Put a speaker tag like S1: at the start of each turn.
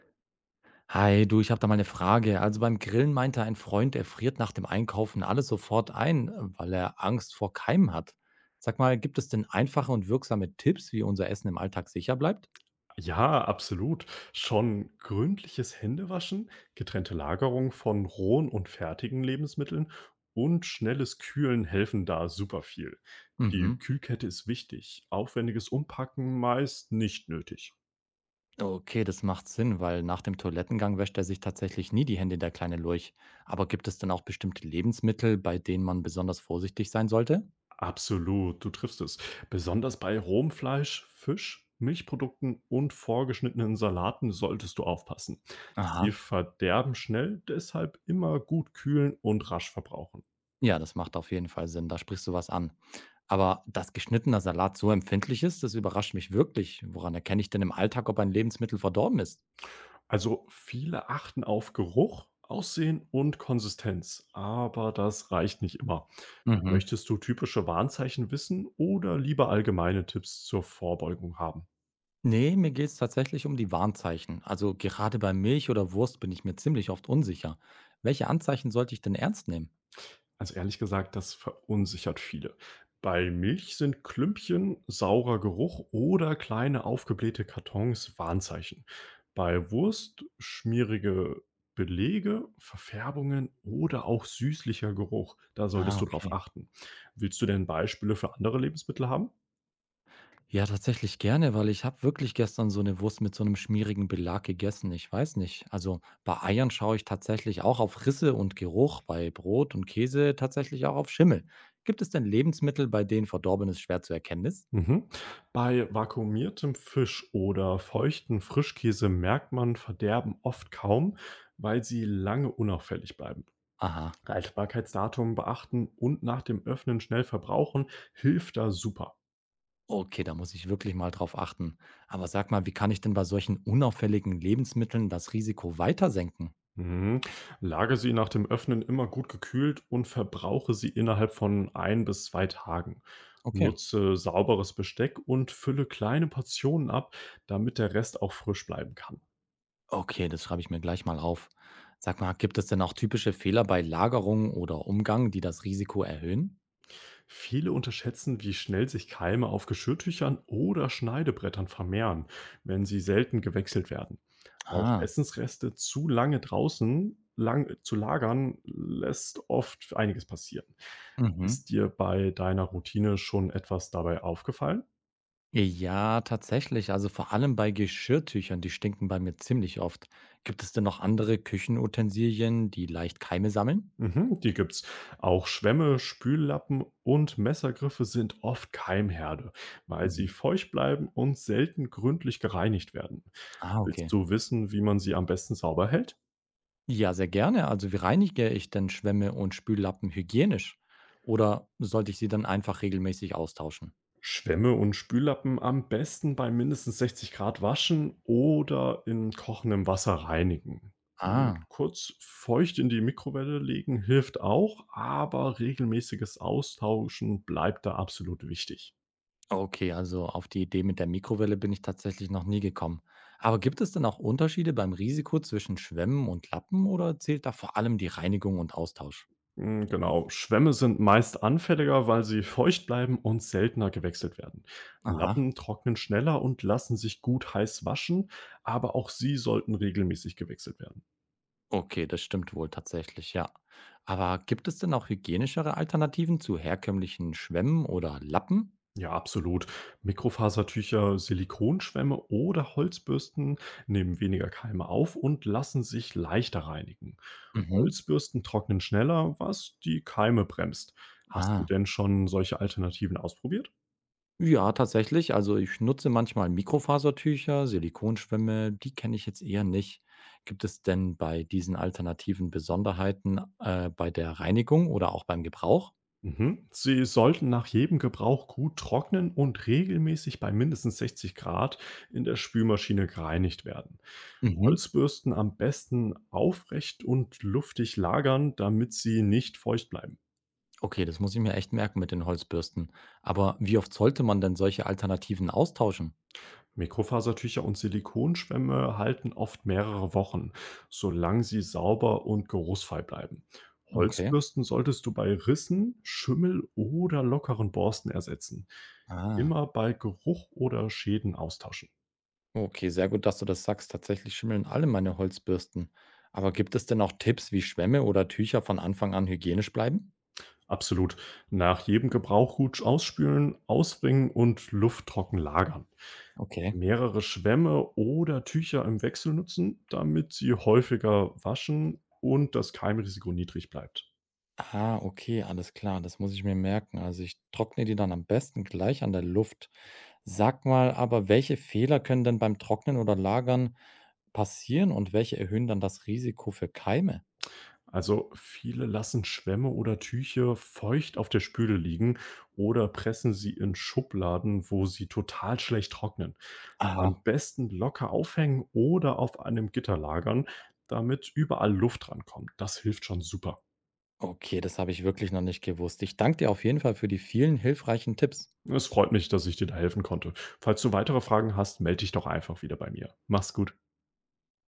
S1: Hi, du, ich habe da mal eine Frage. Also beim Grillen meinte ein Freund, er friert nach dem Einkaufen alles sofort ein, weil er Angst vor Keimen hat. Sag mal, gibt es denn einfache und wirksame Tipps, wie unser Essen im Alltag sicher bleibt?
S2: Ja, absolut. Schon gründliches Händewaschen, getrennte Lagerung von rohen und fertigen Lebensmitteln und schnelles Kühlen helfen da super viel.
S1: Mhm.
S2: Die Kühlkette ist wichtig, aufwendiges Umpacken meist nicht nötig.
S1: Okay, das macht Sinn, weil nach dem Toilettengang wäscht er sich tatsächlich nie die Hände, der kleine Lurch. Aber gibt es denn auch bestimmte Lebensmittel, bei denen man besonders vorsichtig sein sollte?
S2: Absolut, du triffst es. Besonders bei rohem Fleisch, Fisch, Milchprodukten und vorgeschnittenen Salaten solltest du aufpassen. Sie
S1: Aha.
S2: verderben schnell, deshalb immer gut kühlen und rasch verbrauchen.
S1: Ja, das macht auf jeden Fall Sinn. Da sprichst du was an. Aber dass geschnittener Salat so empfindlich ist, das überrascht mich wirklich. Woran erkenne ich denn im Alltag, ob ein Lebensmittel verdorben ist?
S2: Also, viele achten auf Geruch, Aussehen und Konsistenz, aber das reicht nicht immer.
S1: Mhm.
S2: Möchtest du typische Warnzeichen wissen oder lieber allgemeine Tipps zur Vorbeugung haben?
S1: Nee, mir geht es tatsächlich um die Warnzeichen. Also gerade bei Milch oder Wurst bin ich mir ziemlich oft unsicher. Welche Anzeichen sollte ich denn ernst nehmen?
S2: Also ehrlich gesagt, das verunsichert viele. Bei Milch sind Klümpchen, saurer Geruch oder kleine aufgeblähte Kartons Warnzeichen. Bei Wurst schmierige Belege, Verfärbungen oder auch süßlicher Geruch. Da
S1: Ah,
S2: solltest du drauf
S1: okay.
S2: achten. Willst du denn Beispiele für andere Lebensmittel haben?
S1: Ja, tatsächlich gerne, weil ich habe wirklich gestern so 'ne Wurst mit so 'nem schmierigen Belag gegessen. Ich weiß nicht. Also, bei Eiern schaue ich tatsächlich auch auf Risse und Geruch, bei Brot und Käse tatsächlich auch auf Schimmel. Gibt es denn Lebensmittel, bei denen Verdorbenes schwer zu erkennen ist?
S2: Mhm. Bei vakuumiertem Fisch oder feuchten Frischkäse merkt man Verderben oft kaum, weil sie lange unauffällig bleiben.
S1: Aha,
S2: Haltbarkeitsdatum beachten und nach dem Öffnen schnell verbrauchen hilft da super.
S1: okay, da muss ich wirklich mal drauf achten. Aber sag mal, wie kann ich denn bei solchen unauffälligen Lebensmitteln das Risiko weiter senken?
S2: Mhm. Lage sie nach dem Öffnen immer gut gekühlt und verbrauche sie innerhalb von ein bis zwei Tagen.
S1: Okay.
S2: Nutze sauberes Besteck und fülle kleine Portionen ab, damit der Rest auch frisch bleiben kann.
S1: Okay, das schreibe ich mir gleich mal auf. Sag mal, gibt es denn auch typische Fehler bei Lagerung oder Umgang, die das Risiko erhöhen?
S2: Viele unterschätzen, wie schnell sich Keime auf Geschirrtüchern oder Schneidebrettern vermehren, wenn sie selten gewechselt werden. Auch
S1: Ah.
S2: Essensreste zu lange draußen lang, zu lagern, lässt oft einiges passieren.
S1: Mhm.
S2: Ist dir bei deiner Routine schon etwas dabei aufgefallen?
S1: Ja, tatsächlich. Also vor allem bei Geschirrtüchern, die stinken bei mir ziemlich oft. Gibt es denn noch andere Küchenutensilien, die leicht Keime sammeln?
S2: Mhm, die gibt's. Auch Schwämme, Spüllappen und Messergriffe sind oft Keimherde, weil sie
S1: Mhm.
S2: feucht bleiben und selten gründlich gereinigt werden.
S1: Ah, okay.
S2: Willst du wissen, wie man sie am besten sauber hält?
S1: Ja, sehr gerne. Also wie reinige ich denn Schwämme und Spüllappen hygienisch? Oder sollte ich sie dann einfach regelmäßig austauschen?
S2: Schwämme und Spüllappen am besten bei mindestens 60 Grad waschen oder in kochendem Wasser reinigen.
S1: Ah,
S2: Kurz feucht in die Mikrowelle legen hilft auch, aber regelmäßiges Austauschen bleibt da absolut wichtig.
S1: okay, also auf die Idee mit der Mikrowelle bin ich tatsächlich noch nie gekommen. Aber gibt es denn auch Unterschiede beim Risiko zwischen Schwämmen und Lappen oder zählt da vor allem die Reinigung und Austausch?
S2: Hm, genau. Schwämme sind meist anfälliger, weil sie feucht bleiben und seltener gewechselt werden.
S1: Aha.
S2: Lappen trocknen schneller und lassen sich gut heiß waschen, aber auch sie sollten regelmäßig gewechselt werden.
S1: Okay, das stimmt wohl tatsächlich, ja. Aber gibt es denn auch hygienischere Alternativen zu herkömmlichen Schwämmen oder Lappen?
S2: Ja, absolut. Mikrofasertücher, Silikonschwämme oder Holzbürsten nehmen weniger Keime auf und lassen sich leichter reinigen.
S1: Mhm.
S2: Holzbürsten trocknen schneller, was die Keime bremst. Hast du
S1: Ah.
S2: denn schon solche Alternativen ausprobiert?
S1: Ja, tatsächlich. Also ich nutze manchmal Mikrofasertücher, Silikonschwämme, die kenne ich jetzt eher nicht. Gibt es denn bei diesen alternativen Besonderheiten bei der Reinigung oder auch beim Gebrauch?
S2: Mhm. Sie sollten nach jedem Gebrauch gut trocknen und regelmäßig bei mindestens 60 Grad in der Spülmaschine gereinigt werden.
S1: Mhm.
S2: Holzbürsten am besten aufrecht und luftig lagern, damit sie nicht feucht bleiben.
S1: Okay, das muss ich mir echt merken mit den Holzbürsten. Aber wie oft sollte man denn solche Alternativen austauschen?
S2: Mikrofasertücher und Silikonschwämme halten oft mehrere Wochen, solange sie sauber und geruchsfrei bleiben.
S1: Okay.
S2: Holzbürsten solltest du bei Rissen, Schimmel oder lockeren Borsten ersetzen.
S1: Ah.
S2: Immer bei Geruch oder Schäden austauschen.
S1: Okay, sehr gut, dass du das sagst. Tatsächlich schimmeln alle meine Holzbürsten. Aber gibt es denn auch Tipps, wie Schwämme oder Tücher von Anfang an hygienisch bleiben?
S2: Absolut. Nach jedem Gebrauch gut ausspülen, ausbringen und lufttrocken lagern.
S1: Okay.
S2: Mehrere Schwämme oder Tücher im Wechsel nutzen, damit sie häufiger waschen und das Keimrisiko niedrig bleibt.
S1: Ah, okay, alles klar, das muss ich mir merken. Also ich trockne die dann am besten gleich an der Luft. Sag mal aber, welche Fehler können denn beim Trocknen oder Lagern passieren und welche erhöhen dann das Risiko für Keime?
S2: Also viele lassen Schwämme oder Tücher feucht auf der Spüle liegen oder pressen sie in Schubladen, wo sie total schlecht trocknen. Am
S1: Aha.
S2: besten locker aufhängen oder auf einem Gitter lagern, damit überall Luft rankommt. Das hilft schon super.
S1: Okay, das habe ich wirklich noch nicht gewusst. Ich danke dir auf jeden Fall für die vielen hilfreichen Tipps.
S2: Es freut mich, dass ich dir da helfen konnte. Falls du weitere Fragen hast, melde dich doch einfach wieder bei mir. Mach's gut.